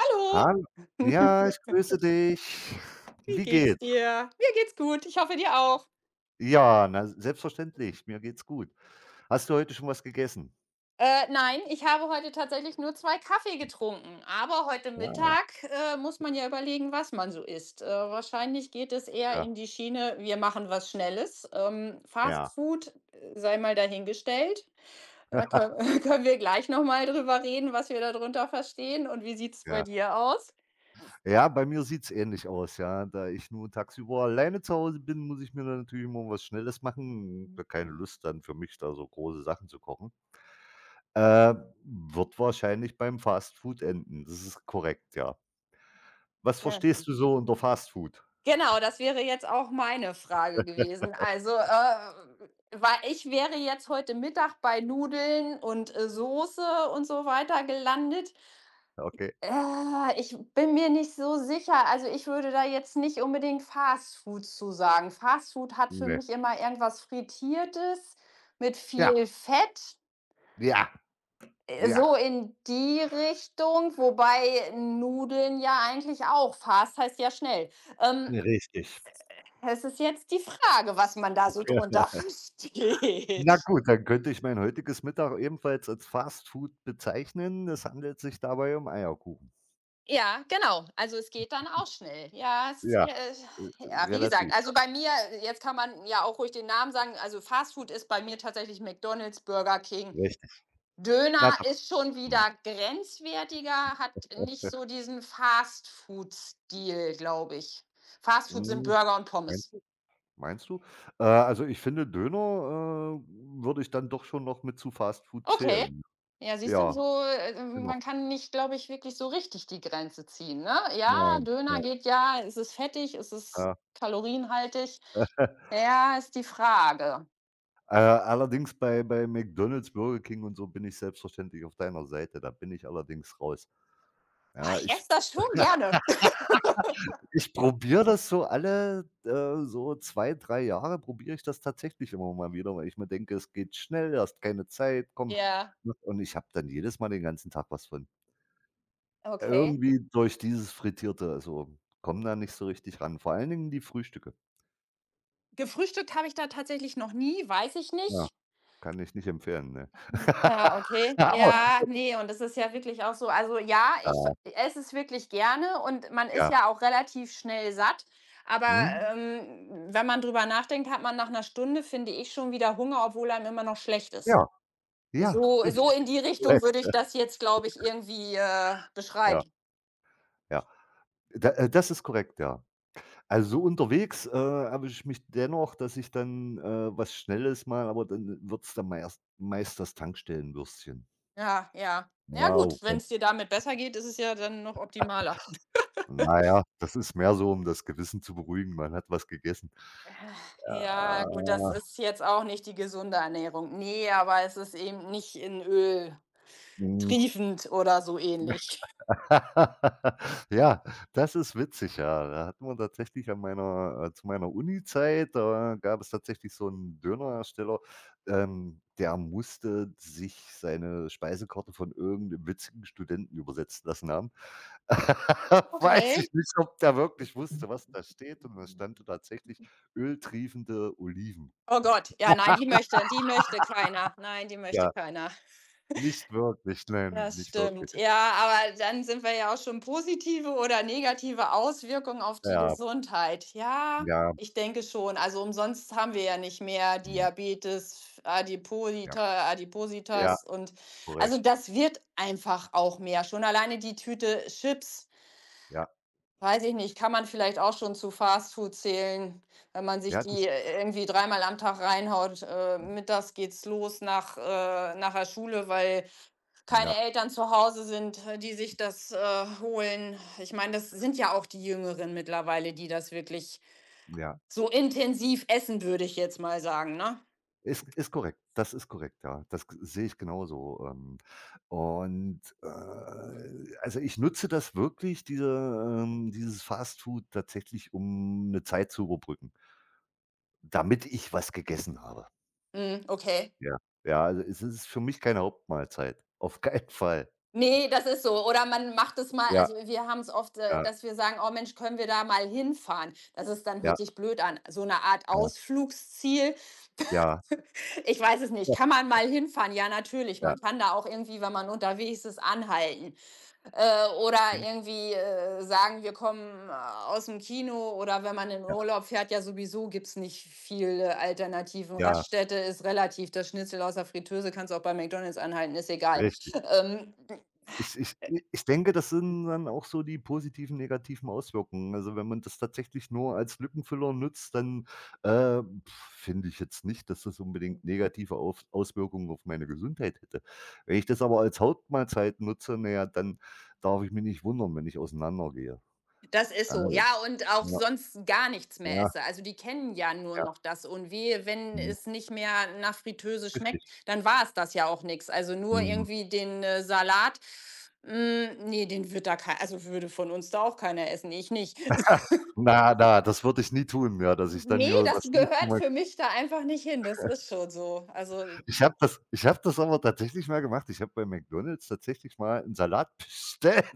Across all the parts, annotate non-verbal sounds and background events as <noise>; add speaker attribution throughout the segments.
Speaker 1: Hallo.
Speaker 2: Hallo. Ja,
Speaker 1: <laughs>
Speaker 2: ich grüße dich.
Speaker 1: Wie
Speaker 2: Wie
Speaker 1: geht's
Speaker 2: geht's?
Speaker 1: dir? Mir geht's gut, ich hoffe dir auch.
Speaker 2: Ja, na, selbstverständlich, mir geht's gut. Hast du heute schon was gegessen?
Speaker 1: Nein, ich habe heute tatsächlich nur 2 Kaffee getrunken, aber heute
Speaker 2: Ja,
Speaker 1: Mittag, muss man ja überlegen, was man so isst. Wahrscheinlich geht es eher
Speaker 2: ja,
Speaker 1: in die Schiene: Wir machen was Schnelles. Fast
Speaker 2: ja,
Speaker 1: Food, sei mal dahingestellt. Da könn <laughs> Können wir gleich noch mal drüber reden, was wir da drunter verstehen und wie sieht's bei
Speaker 2: ja.
Speaker 1: dir aus?
Speaker 2: Ja, bei mir sieht's ähnlich aus, ja. Da ich nur tagsüber alleine zu Hause bin, muss ich mir dann natürlich immer was Schnelles machen. Habe keine Lust dann für mich, da so große Sachen zu kochen. Äh, wird wahrscheinlich beim Fast Food enden. Das ist korrekt, ja. Was
Speaker 1: Ja.
Speaker 2: verstehst du so unter Fast Food?
Speaker 1: Genau, das wäre jetzt auch meine Frage gewesen. Also, weil ich wäre jetzt heute Mittag bei Nudeln und, Soße und so weiter gelandet.
Speaker 2: Okay.
Speaker 1: Ich bin mir nicht so sicher. Also, ich würde da jetzt nicht unbedingt Fast Food zu sagen. Fast Food hat für
Speaker 2: Ne.
Speaker 1: mich immer irgendwas Frittiertes mit
Speaker 2: Ja,
Speaker 1: viel Fett,
Speaker 2: ja, ja.
Speaker 1: so in die Richtung, wobei Nudeln ja eigentlich auch Fast heißt ja schnell. Ähm,
Speaker 2: Richtig.
Speaker 1: Es ist jetzt die Frage, was man da so drunter <laughs> versteht.
Speaker 2: Na gut, dann könnte ich mein heutiges Mittag ebenfalls als Fast Food bezeichnen. Es handelt sich dabei um Eierkuchen.
Speaker 1: Ja, genau. Also es geht dann auch schnell. Ja, es,
Speaker 2: Ja,
Speaker 1: ja,
Speaker 2: äh,
Speaker 1: ja, wie gesagt,
Speaker 2: relativ,
Speaker 1: also bei mir, jetzt kann man ja auch ruhig den Namen sagen, also Fast Food ist bei mir tatsächlich McDonald's, Burger King.
Speaker 2: ja, richtig. Na
Speaker 1: Döner
Speaker 2: dann.
Speaker 1: ist schon
Speaker 2: Mhm.
Speaker 1: wieder grenzwertiger, hat nicht so diesen Fast Food-Stil, glaube ich. Fast Food sind
Speaker 2: Hm,
Speaker 1: Burger und
Speaker 2: meinst
Speaker 1: Pommes.
Speaker 2: du? Meinst du? Also, ich finde Döner, würde ich dann doch schon noch mit zu Fast Food
Speaker 1: Okay.
Speaker 2: zählen.
Speaker 1: Ja, siehst du,
Speaker 2: Ja,
Speaker 1: so,
Speaker 2: genau.
Speaker 1: man kann nicht, glaube ich, wirklich so richtig die Grenze ziehen, ne? Ja,
Speaker 2: Nein,
Speaker 1: Döner
Speaker 2: nein,
Speaker 1: geht ja, ist es fettig, ist es
Speaker 2: ja.
Speaker 1: kalorienhaltig?
Speaker 2: <laughs>
Speaker 1: Ja, ist die Frage.
Speaker 2: Allerdings bei McDonald's, Burger King und so bin ich selbstverständlich auf deiner Seite. Da bin ich allerdings raus.
Speaker 1: Ah,
Speaker 2: Ja,
Speaker 1: ich esse
Speaker 2: ich
Speaker 1: das schon gerne. <laughs>
Speaker 2: Ich probiere das so alle, so 2, 3 Jahre probiere ich das tatsächlich immer mal wieder, weil ich mir denke: „Es geht schnell, du hast keine Zeit, komm.“
Speaker 1: Ja,
Speaker 2: Ne, und ich habe dann jedes Mal den ganzen Tag was von.
Speaker 1: okay.
Speaker 2: Irgendwie durch dieses Frittierte, also, komme da nicht so richtig ran. Vor allen Dingen die Frühstücke.
Speaker 1: Gefrühstückt habe ich da tatsächlich noch nie, weiß ich
Speaker 2: Ja,
Speaker 1: nicht.
Speaker 2: kann ich nicht empfehlen, ne.
Speaker 1: Ah,
Speaker 2: <laughs>
Speaker 1: okay.
Speaker 2: Aber
Speaker 1: Ja, nee und es ist ja wirklich auch so also ja, ich
Speaker 2: ja,
Speaker 1: esse es wirklich gerne und man ist
Speaker 2: ja.
Speaker 1: ja auch relativ schnell satt, aber,
Speaker 2: Mhm.
Speaker 1: Mhm. Wenn man drüber nachdenkt, hat man nach einer Stunde, finde ich, schon wieder Hunger, obwohl einem immer noch schlecht ist.
Speaker 2: Ja, ja,
Speaker 1: So so
Speaker 2: richtig,
Speaker 1: in die Richtung
Speaker 2: korrekt.
Speaker 1: würde ich das jetzt, glaube ich, irgendwie,
Speaker 2: Ja,
Speaker 1: beschreiben.
Speaker 2: ja. Da das ist korrekt, ja. Also, so unterwegs, erwische ich mich dennoch, dass ich dann, was Schnelles mal, aber dann wird's dann meist das Tankstellenwürstchen.
Speaker 1: Ja, ja. Ja
Speaker 2: Ja,
Speaker 1: gut, wenn es dir
Speaker 2: <laughs>
Speaker 1: damit besser geht, ist es ja dann noch optimaler.
Speaker 2: na ja, das ist mehr so, um das Gewissen zu beruhigen. Man hat was gegessen.
Speaker 1: Ja,
Speaker 2: Ja,
Speaker 1: gut, das ist jetzt auch nicht die gesunde Ernährung. Nee, aber es ist eben nicht in Öl
Speaker 2: mhm.
Speaker 1: triefend oder so ähnlich.
Speaker 2: <laughs> Ja, das ist witzig, ja. Da hatten wir tatsächlich an meiner zu meiner Unizeit, da gab es tatsächlich so einen Dönerhersteller, der musste sich seine Speisekarte von irgend 'nem witzigen Studenten übersetzen lassen haben. <laughs> Weiß
Speaker 1: Okay.
Speaker 2: ich nicht, ob der wirklich wusste, was da steht, und da stand tatsächlich öltriefende Oliven.
Speaker 1: Oh Gott, ja, nein, die möchte keiner. Nein, die möchte
Speaker 2: Ja,
Speaker 1: keiner.
Speaker 2: nicht wirklich, nein,
Speaker 1: Das
Speaker 2: nicht wirklich.
Speaker 1: stimmt. Ja, aber dann sind wir ja auch schon positive oder negative Auswirkungen auf die
Speaker 2: Ja,
Speaker 1: Gesundheit. Ja,
Speaker 2: ja,
Speaker 1: ich denke schon. Also umsonst haben wir ja nicht mehr
Speaker 2: mhm,
Speaker 1: Diabetes,
Speaker 2: ja,
Speaker 1: Adiposita,
Speaker 2: ja,
Speaker 1: Adipositas und also
Speaker 2: korrekt,
Speaker 1: das wird einfach auch mehr. Schon alleine die Tüte Chips,
Speaker 2: ja.
Speaker 1: weiß ich nicht, kann man vielleicht auch schon zu Fastfood zählen, wenn man sich
Speaker 2: Ja, das
Speaker 1: die irgendwie dreimal am Tag reinhaut. Mittags geht's los nach nach der Schule, weil keine
Speaker 2: ja,
Speaker 1: Eltern zu Hause sind, die sich das, holen. Ich meine, das sind ja auch die Jüngeren mittlerweile, die das wirklich
Speaker 2: ja.
Speaker 1: so intensiv essen, würde ich jetzt mal sagen, ne?
Speaker 2: Ist korrekt. Das ist korrekt, ja. Das g sehe ich genauso. Und, also, ich nutze das wirklich, dieses Fastfood tatsächlich, um eine Zeit zu überbrücken, damit ich was gegessen habe.
Speaker 1: Mhm, okay.
Speaker 2: Ja, ja, also, es ist für mich keine Hauptmahlzeit, <laughs> auf keinen Fall.
Speaker 1: Ne, das ist so. Oder man macht es mal
Speaker 2: Ja,
Speaker 1: also, wir haben es oft,
Speaker 2: ja,
Speaker 1: dass wir sagen: „Oh Mensch, können wir da mal hinfahren?" Das ist dann hört
Speaker 2: ja,
Speaker 1: sich blöd an. So eine Art
Speaker 2: ja,
Speaker 1: Ausflugsziel.
Speaker 2: ja,
Speaker 1: Ich weiß es nicht.
Speaker 2: ja,
Speaker 1: Kann man mal hinfahren? Ja, natürlich.
Speaker 2: ja,
Speaker 1: Man kann da auch irgendwie, wenn man unterwegs ist, anhalten. Oder irgendwie, sagen, wir kommen aus dem Kino oder wenn man in
Speaker 2: ja,
Speaker 1: Urlaub fährt, ja sowieso gibt's nicht viele Alternativen.
Speaker 2: ja,
Speaker 1: Raststätte ist relativ. Das Schnitzel aus der Fritteuse kannst du auch bei McDonald's anhalten, ist egal.
Speaker 2: richtig.
Speaker 1: Ähm,
Speaker 2: Ich denke, das sind dann auch so die positiven, negativen Auswirkungen. Also, wenn man das tatsächlich nur als Lückenfüller nutzt, dann, finde ich jetzt nicht, dass das unbedingt negative Auf Auswirkungen auf meine Gesundheit hätte. Wenn ich das aber als Hauptmahlzeit nutze, na ja, dann darf ich mich nicht wundern, wenn ich auseinandergehe.
Speaker 1: Das ist
Speaker 2: Ja,
Speaker 1: so, ja, und auch
Speaker 2: ja,
Speaker 1: sonst gar nichts mehr
Speaker 2: ja,
Speaker 1: esse. Also, die kennen ja nur
Speaker 2: ja,
Speaker 1: noch das und wehe, wenn
Speaker 2: mhm,
Speaker 1: es nicht mehr nach Fritteuse
Speaker 2: richtig.
Speaker 1: schmeckt, dann war es das ja auch nichts. Also, nur
Speaker 2: Mhm.
Speaker 1: irgendwie den, Salat, ne, den wird da kei also, würde von uns da auch keiner essen, ich nicht. <laughs>
Speaker 2: <laughs> Na, na, das würde ich nie tun, ja, dass ich dann
Speaker 1: Ne,
Speaker 2: hier
Speaker 1: das
Speaker 2: was nicht.
Speaker 1: gehört für mich da einfach nicht hin, das ist schon so. Also,
Speaker 2: Ich habe das aber tatsächlich mal gemacht. Ich habe bei McDonald's tatsächlich mal 'n Salat bestellt.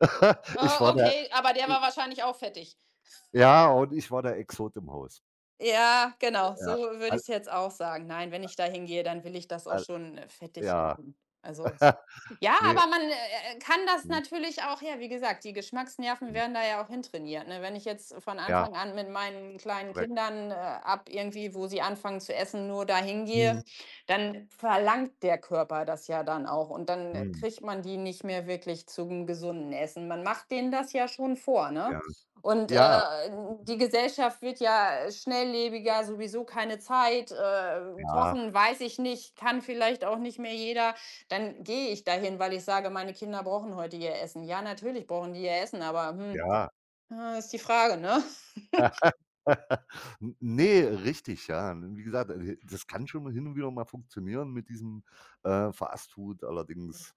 Speaker 2: <laughs> Ich war der
Speaker 1: okay, aber der war wahrscheinlich auch fettig.
Speaker 2: Ja, und ich war der Exot im Haus.
Speaker 1: Ja, genau, so
Speaker 2: Ja,
Speaker 1: würde
Speaker 2: al
Speaker 1: ich's jetzt auch sagen. Nein, wenn ich da hingehe, dann will ich das auch
Speaker 2: al
Speaker 1: schon, fettig
Speaker 2: ja.
Speaker 1: haben. Also
Speaker 2: <laughs>
Speaker 1: ja,
Speaker 2: Ne,
Speaker 1: aber man, kann das
Speaker 2: mhm,
Speaker 1: natürlich auch ja, wie gesagt, die Geschmacksnerven
Speaker 2: mhm.
Speaker 1: werden da ja auch hintrainiert, ne? Wenn ich jetzt von
Speaker 2: Ja,
Speaker 1: Anfang an mit meinen kleinen
Speaker 2: korrekt.
Speaker 1: Kindern, ab irgendwie, wo sie anfangen zu essen, nur da hingehe,
Speaker 2: Mhm,
Speaker 1: Mhm, dann verlangt der Körper das ja dann auch und dann
Speaker 2: mhm,
Speaker 1: kriegt man die nicht mehr wirklich zum gesunden Essen. Man macht denen das ja schon vor, ne?
Speaker 2: ja.
Speaker 1: Und,
Speaker 2: Ja,
Speaker 1: die Gesellschaft wird ja schnelllebiger, sowieso keine Zeit,
Speaker 2: ja,
Speaker 1: kochen weiß ich nicht, kann vielleicht auch nicht mehr jeder. Dann gehe ich dahin, weil ich sage: „Meine Kinder brauchen heute ihr Essen." Ja, natürlich brauchen die ihr Essen, aber,
Speaker 2: ja.
Speaker 1: ist die Frage, ne?
Speaker 2: <laughs> Nee, richtig, ja. Wie gesagt, das kann schon hin und wieder mal funktionieren mit diesem, Fastfood. Allerdings,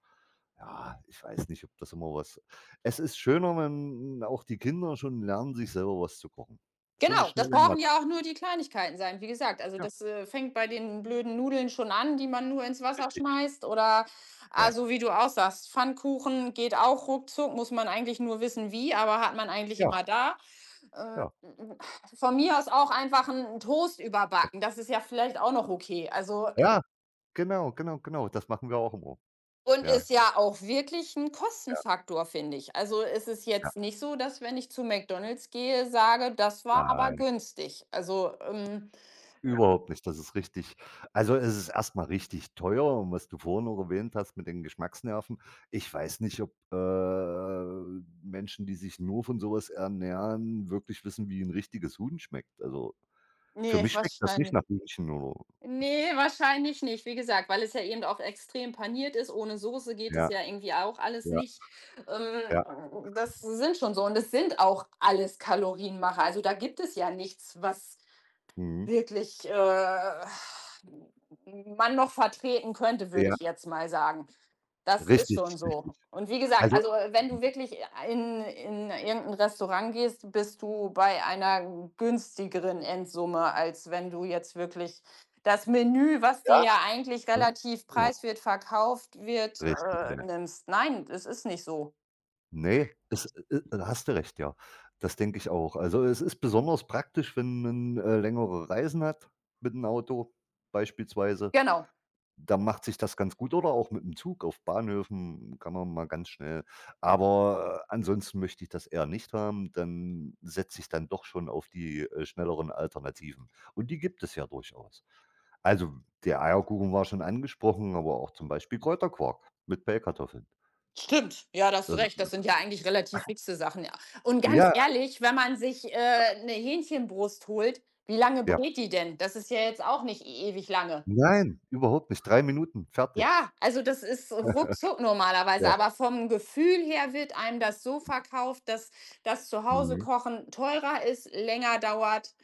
Speaker 2: ja, ich weiß nicht, ob das immer was es ist schöner, wenn auch die Kinder schon lernen, sich selber was zu kochen. So eine
Speaker 1: Genau, das
Speaker 2: schnelle Mahl.
Speaker 1: brauchen ja auch nur die Kleinigkeiten sein, wie gesagt. Also,
Speaker 2: Ja,
Speaker 1: das, fängt bei den blöden Nudeln schon an, die man nur ins Wasser
Speaker 2: richtig.
Speaker 1: schmeißt oder
Speaker 2: Ja,
Speaker 1: also, wie du auch sagst, Pfannkuchen geht auch ruckzuck, muss man eigentlich nur wissen wie, aber hat man eigentlich
Speaker 2: ja,
Speaker 1: immer da. Äh,
Speaker 2: ja.
Speaker 1: von mir aus auch einfach 'n Toast überbacken, das ist ja vielleicht auch noch okay. Also
Speaker 2: Ja, genau, genau, genau. Das machen wir auch immer.
Speaker 1: und
Speaker 2: Ja,
Speaker 1: ist ja auch wirklich ein
Speaker 2: ja,
Speaker 1: Kostenfaktor, finde ich. Also, ist es
Speaker 2: ja.
Speaker 1: jetzt nicht so, dass wenn ich zu McDonald's gehe, sage: „Das war aber
Speaker 2: Nein.
Speaker 1: günstig." Also,
Speaker 2: Überhaupt nicht. Das ist richtig. Also, es ist erstmal richtig teuer, und was du vorhin noch erwähnt hast mit den Geschmacksnerven. Ich weiß nicht, ob, Menschen, die sich nur von sowas ernähren, wirklich wissen, wie ein richtiges Huhn schmeckt. Also, für
Speaker 1: Ne,
Speaker 2: mich schmeckt das nicht
Speaker 1: wahrscheinlich
Speaker 2: nach Hühnchen oder
Speaker 1: ne, wahrscheinlich nicht. Wie gesagt, weil es ja eben auch extrem paniert ist. Ohne Soße geht es
Speaker 2: ja,
Speaker 1: ja irgendwie auch alles
Speaker 2: ja,
Speaker 1: nicht.
Speaker 2: ja,
Speaker 1: Das sind schon so und es sind auch alles Kalorienmacher. Also, da gibt es ja nichts, was
Speaker 2: mhm,
Speaker 1: wirklich, man noch vertreten könnte, würde
Speaker 2: ja,
Speaker 1: ich jetzt mal sagen. Das ist
Speaker 2: richtig,
Speaker 1: schon
Speaker 2: richtig.
Speaker 1: so. Und wie gesagt,
Speaker 2: Also,
Speaker 1: also, wenn du
Speaker 2: mhm,
Speaker 1: wirklich in irgendein Restaurant gehst, bist du bei einer günstigeren Endsumme, als wenn du jetzt wirklich das Menü, was
Speaker 2: ja,
Speaker 1: dir ja eigentlich
Speaker 2: ja,
Speaker 1: relativ
Speaker 2: genau,
Speaker 1: preiswert verkauft wird,
Speaker 2: richtig, ja.
Speaker 1: nimmst. Nein, es ist nicht so.
Speaker 2: Ne, es da hast du recht, ja. Das denke ich auch. Also, es ist besonders praktisch, wenn man, längere Reisen hat mit 'n Auto beispielsweise.
Speaker 1: Genau.
Speaker 2: Da macht sich das ganz gut, oder auch mit 'm Zug auf Bahnhöfen kann man mal ganz schnell. Aber, ansonsten möchte ich das eher nicht haben, dann setze ich dann doch schon auf die, schnelleren Alternativen, und die gibt es ja durchaus. Also, der Eierkuchen war schon angesprochen, aber auch zum Beispiel Kräuterquark mit Pellkartoffeln.
Speaker 1: Stimmt, ja, da hast du recht.
Speaker 2: Ähm,
Speaker 1: Das sind ja eigentlich relativ fixe Sachen, ja. Und ganz
Speaker 2: ja,
Speaker 1: ehrlich, wenn man sich, 'ne Hähnchenbrust holt, wie lange
Speaker 2: ja.
Speaker 1: brät die denn? Das ist ja jetzt auch nicht e ewig lange.
Speaker 2: Nein, überhaupt nicht. 3 Minuten, fertig.
Speaker 1: Ja, also das ist ruckzuck normalerweise,
Speaker 2: Ja,
Speaker 1: aber vom Gefühl her wird einem das so verkauft, dass das Zuhause
Speaker 2: mhm,
Speaker 1: kochen teurer ist, länger dauert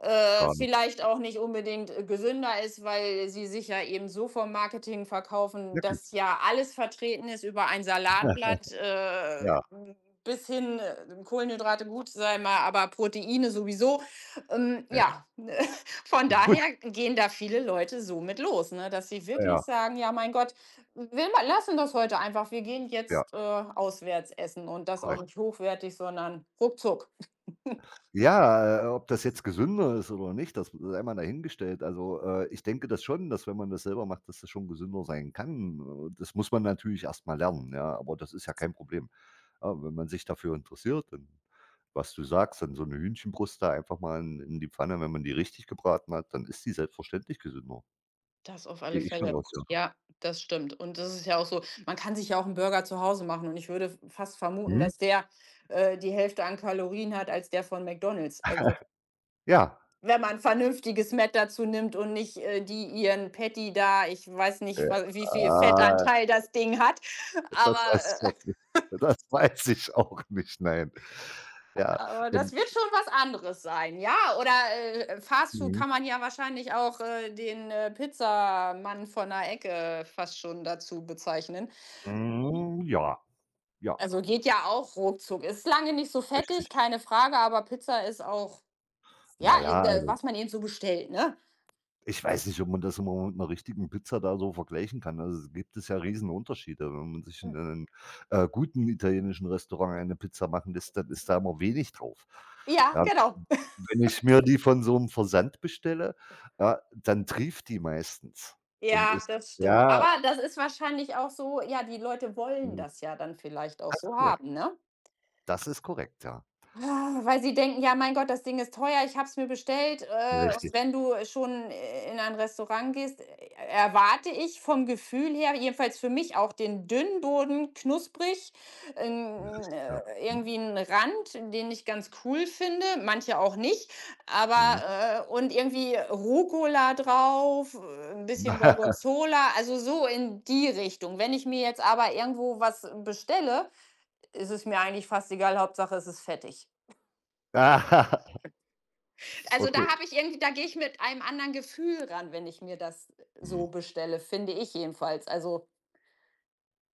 Speaker 2: gar nicht.
Speaker 1: vielleicht auch nicht unbedingt, gesünder ist, weil sie sich ja eben so vom Marketing verkaufen,
Speaker 2: Ja gut.
Speaker 1: dass ja alles vertreten ist über ein Salatblatt,
Speaker 2: <laughs> Ja,
Speaker 1: bis hin, Kohlenhydrate gut, sei mal, aber Proteine sowieso. Ähm,
Speaker 2: ja.
Speaker 1: ja, <laughs> von
Speaker 2: Gut,
Speaker 1: daher gehen da viele Leute so mit los, ne, dass sie
Speaker 2: ja, ja,
Speaker 1: wirklich sagen: „Ja, mein Gott, wir ma lassen das heute einfach. Wir gehen
Speaker 2: ja,
Speaker 1: jetzt, auswärts essen und das auch
Speaker 2: korrekt.
Speaker 1: nicht hochwertig, sondern ruckzuck."
Speaker 2: Ja, ob das jetzt gesünder ist oder nicht, das sei mal dahingestellt. Also, ich denke das schon, dass, wenn man das selber macht, dass das schon gesünder sein kann. Das muss man natürlich erst mal lernen, ja, aber das ist ja kein Problem. Ja, wenn man sich dafür interessiert, dann was du sagst, dann so eine Hühnchenbrust da einfach mal in die Pfanne, wenn man die richtig gebraten hat, dann ist die selbstverständlich gesünder.
Speaker 1: Das auf alle
Speaker 2: Gehe ich von
Speaker 1: Fälle.
Speaker 2: aus, ja.
Speaker 1: Ja, das stimmt. Und das ist ja auch so man kann sich ja auch 'n Burger zu Hause machen und ich würde f fast vermuten,
Speaker 2: Mhm.
Speaker 1: dass der, die Hälfte an Kalorien hat als der von McDonald's. Also,
Speaker 2: <laughs> Ja.
Speaker 1: wenn man vernünftiges Mett dazu nimmt und nicht, die ihren Patty da ich weiß
Speaker 2: Ja,
Speaker 1: nicht, wa wie viel
Speaker 2: ah,
Speaker 1: Fettanteil das Ding hat,
Speaker 2: das
Speaker 1: aber,
Speaker 2: weiß ich
Speaker 1: äh,
Speaker 2: noch nicht. Das weiß ich auch nicht, nein. Ja,
Speaker 1: aber das
Speaker 2: und
Speaker 1: wird schon was anderes sein, ja? Oder, Fastfood
Speaker 2: mhm,
Speaker 1: kann man ja wahrscheinlich auch, den, Pizzamann von der Ecke fast schon dazu bezeichnen.
Speaker 2: hm, ja, ja,
Speaker 1: Also, geht ja auch ruckzuck. Ist lange nicht so fettig,
Speaker 2: richtig.
Speaker 1: keine Frage, aber Pizza ist auch ja,
Speaker 2: Na ja, also,
Speaker 1: was man eben so bestellt, ne?
Speaker 2: ich weiß nicht, ob man das immer mit 'ner richtigen Pizza da so vergleichen kann. Also, gibt es ja Riesenunterschiede. Wenn man sich in einem guten italienischen Restaurant eine Pizza machen lässt, dann ist da immer wenig drauf.
Speaker 1: Ja,
Speaker 2: Ja,
Speaker 1: genau. <laughs>
Speaker 2: wenn ich mir die von so 'nem Versand bestelle, ja, dann trieft die meistens und
Speaker 1: Ja,
Speaker 2: ist
Speaker 1: das stimmt.
Speaker 2: ja,
Speaker 1: Aber das ist wahrscheinlich auch so ja, die Leute wollen
Speaker 2: mhm.
Speaker 1: das ja dann vielleicht auch
Speaker 2: Das ist
Speaker 1: so
Speaker 2: korrekt.
Speaker 1: haben, ne?
Speaker 2: Das ist korrekt, ja.
Speaker 1: Ah, weil sie denken: „Ja, mein Gott, das Ding ist teuer, ich habe es mir bestellt."
Speaker 2: Richtig,
Speaker 1: Richtig. Wenn du schon in ein Restaurant gehst, erwarte ich vom Gefühl her, jedenfalls für mich auch den dünnen Boden, knusprig, ähm,
Speaker 2: richtig,
Speaker 1: ja.
Speaker 2: ja.
Speaker 1: äh,
Speaker 2: Mhm,
Speaker 1: irgendwie einen Rand, den ich ganz cool finde, manche auch nicht, Mhm,
Speaker 2: mhm.
Speaker 1: aber und irgendwie Rucola drauf, 'n bisschen Ah, ja, Gorgonzola, also so in die Richtung. Wenn ich mir jetzt aber irgendwo was bestelle, ist es mir eigentlich fast egal, Hauptsache es ist fettig.
Speaker 2: Ah, <laughs>
Speaker 1: Also
Speaker 2: okay.
Speaker 1: da habe ich irgendwie, da gehe ich mit einem anderen Gefühl ran, wenn ich mir das
Speaker 2: Mhm,
Speaker 1: so bestelle, finde ich jedenfalls. Also,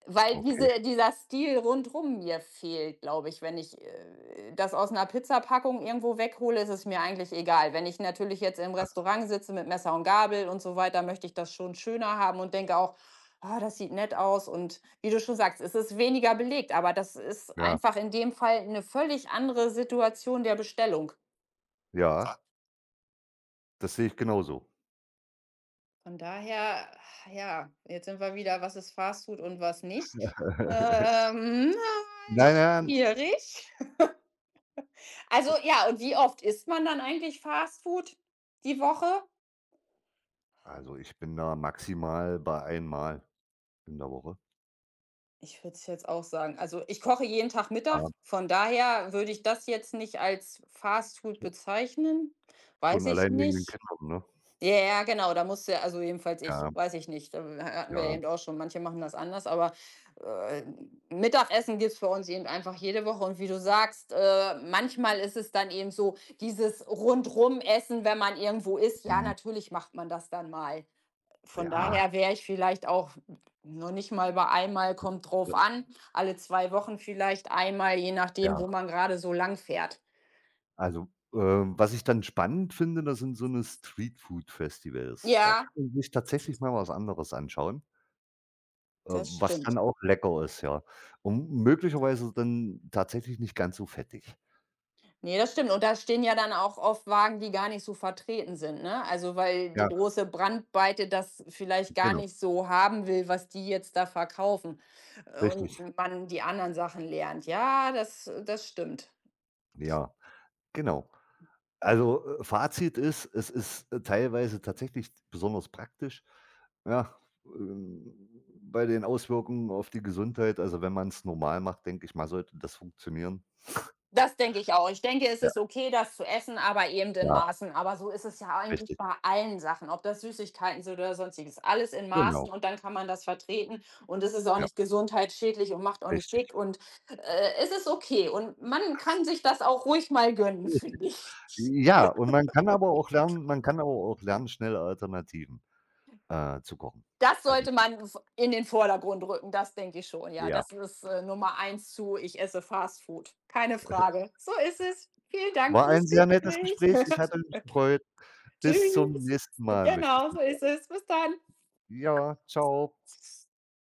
Speaker 1: weil
Speaker 2: okay,
Speaker 1: dieser Stil rundrum mir fehlt, glaube ich. Wenn ich das aus einer Pizzapackung irgendwo weghole, ist es mir eigentlich egal. Wenn ich natürlich jetzt im
Speaker 2: krass.
Speaker 1: Restaurant sitze mit Messer und Gabel und so weiter, möchte ich das schon schöner haben und denke auch, ah, das sieht nett aus. Und wie du schon sagst, es ist weniger belegt, aber das ist
Speaker 2: Ja,
Speaker 1: einfach in dem Fall eine völlig andere Situation der Bestellung.
Speaker 2: ja, das sehe ich genauso.
Speaker 1: Von daher, ja, jetzt sind wir wieder, was ist Fastfood und was nicht.
Speaker 2: <laughs>
Speaker 1: Ähm,
Speaker 2: Nein, nein.
Speaker 1: schwierig. Also ja, und wie oft isst man dann eigentlich Fastfood die Woche?
Speaker 2: Also, ich bin da maximal bei einmal in der Woche.
Speaker 1: Ich würde es jetzt auch sagen. Also ich koche jeden Tag Mittag.
Speaker 2: Ja,
Speaker 1: Von daher würde ich das jetzt nicht als Fastfood bezeichnen. Weiß
Speaker 2: schon
Speaker 1: ich
Speaker 2: allein wegen den
Speaker 1: nicht.
Speaker 2: Kindern, ne?
Speaker 1: Ja, ja, genau, da musst du ja also jedenfalls ich,
Speaker 2: Ja,
Speaker 1: weiß ich nicht. Da hatten wir
Speaker 2: ja,
Speaker 1: eben auch schon, manche machen das anders, aber, äh, Mittagessen gibt's für uns eben einfach jede Woche und wie du sagst, manchmal ist es dann eben so dieses Rundrumessen, wenn man irgendwo ist, ja,
Speaker 2: mhm.
Speaker 1: natürlich macht man das dann mal. Von
Speaker 2: Ja,
Speaker 1: daher wäre ich vielleicht auch noch nicht mal bei einmal, kommt drauf
Speaker 2: ja,
Speaker 1: an, alle 2 Wochen vielleicht einmal, je nachdem,
Speaker 2: ja.
Speaker 1: wo man gerade so lang fährt.
Speaker 2: Also, was ich dann spannend finde, das sind so 'ne Streetfood-Festivals. Da
Speaker 1: Ja,
Speaker 2: kann man sich tatsächlich mal was anderes anschauen. Äh,
Speaker 1: das
Speaker 2: was
Speaker 1: stimmt.
Speaker 2: dann auch lecker ist, ja. Und möglicherweise dann tatsächlich nicht ganz so fettig.
Speaker 1: Ne, das stimmt. Und da stehen ja dann auch oft Wagen, die gar nicht so vertreten sind, ne? Also, weil die
Speaker 2: Ja,
Speaker 1: große Brandweite das vielleicht gar
Speaker 2: genau,
Speaker 1: nicht so haben will, was die jetzt da verkaufen,
Speaker 2: richtig.
Speaker 1: und man die anderen Sachen lernt. Ja, das stimmt.
Speaker 2: Ja, genau. Also, Fazit ist, es ist, teilweise tatsächlich besonders praktisch, ja, ähm, bei den Auswirkungen auf die Gesundheit. Also, wenn man es normal macht, denke ich mal, sollte das funktionieren.
Speaker 1: Das denke ich auch. Ich denke, es
Speaker 2: Ja,
Speaker 1: ist okay, das zu essen, aber eben in
Speaker 2: ja,
Speaker 1: Maßen. Aber so ist es ja eigentlich
Speaker 2: richtig.
Speaker 1: bei allen Sachen, ob das Süßigkeiten sind oder sonstiges. Alles in Maßen
Speaker 2: Genau,
Speaker 1: und dann kann man das vertreten und es ist auch
Speaker 2: ja,
Speaker 1: nicht gesundheitsschädlich und macht auch nicht
Speaker 2: richtig.
Speaker 1: dick und es ist okay. Und man kann sich das auch ruhig mal gönnen, <laughs> finde ich.
Speaker 2: Ja, und man kann aber auch lernen, schnelle Alternativen, zu kochen.
Speaker 1: Das
Speaker 2: Also
Speaker 1: sollte man in den Vordergrund rücken, das denke ich schon. Ja,
Speaker 2: ja.
Speaker 1: das ist Nummer eins zu, ich esse Fast Food. Keine Frage. So ist es. Vielen Dank
Speaker 2: War
Speaker 1: fürs
Speaker 2: ein sehr nettes
Speaker 1: Gespräch.
Speaker 2: Gespräch. Ich
Speaker 1: <laughs>
Speaker 2: hatte mich gefreut. Bis zum
Speaker 1: Tschüss.
Speaker 2: nächsten Mal, möchte ich
Speaker 1: Genau, so
Speaker 2: sagen.
Speaker 1: ist es. Bis dann.
Speaker 2: Ja, ciao.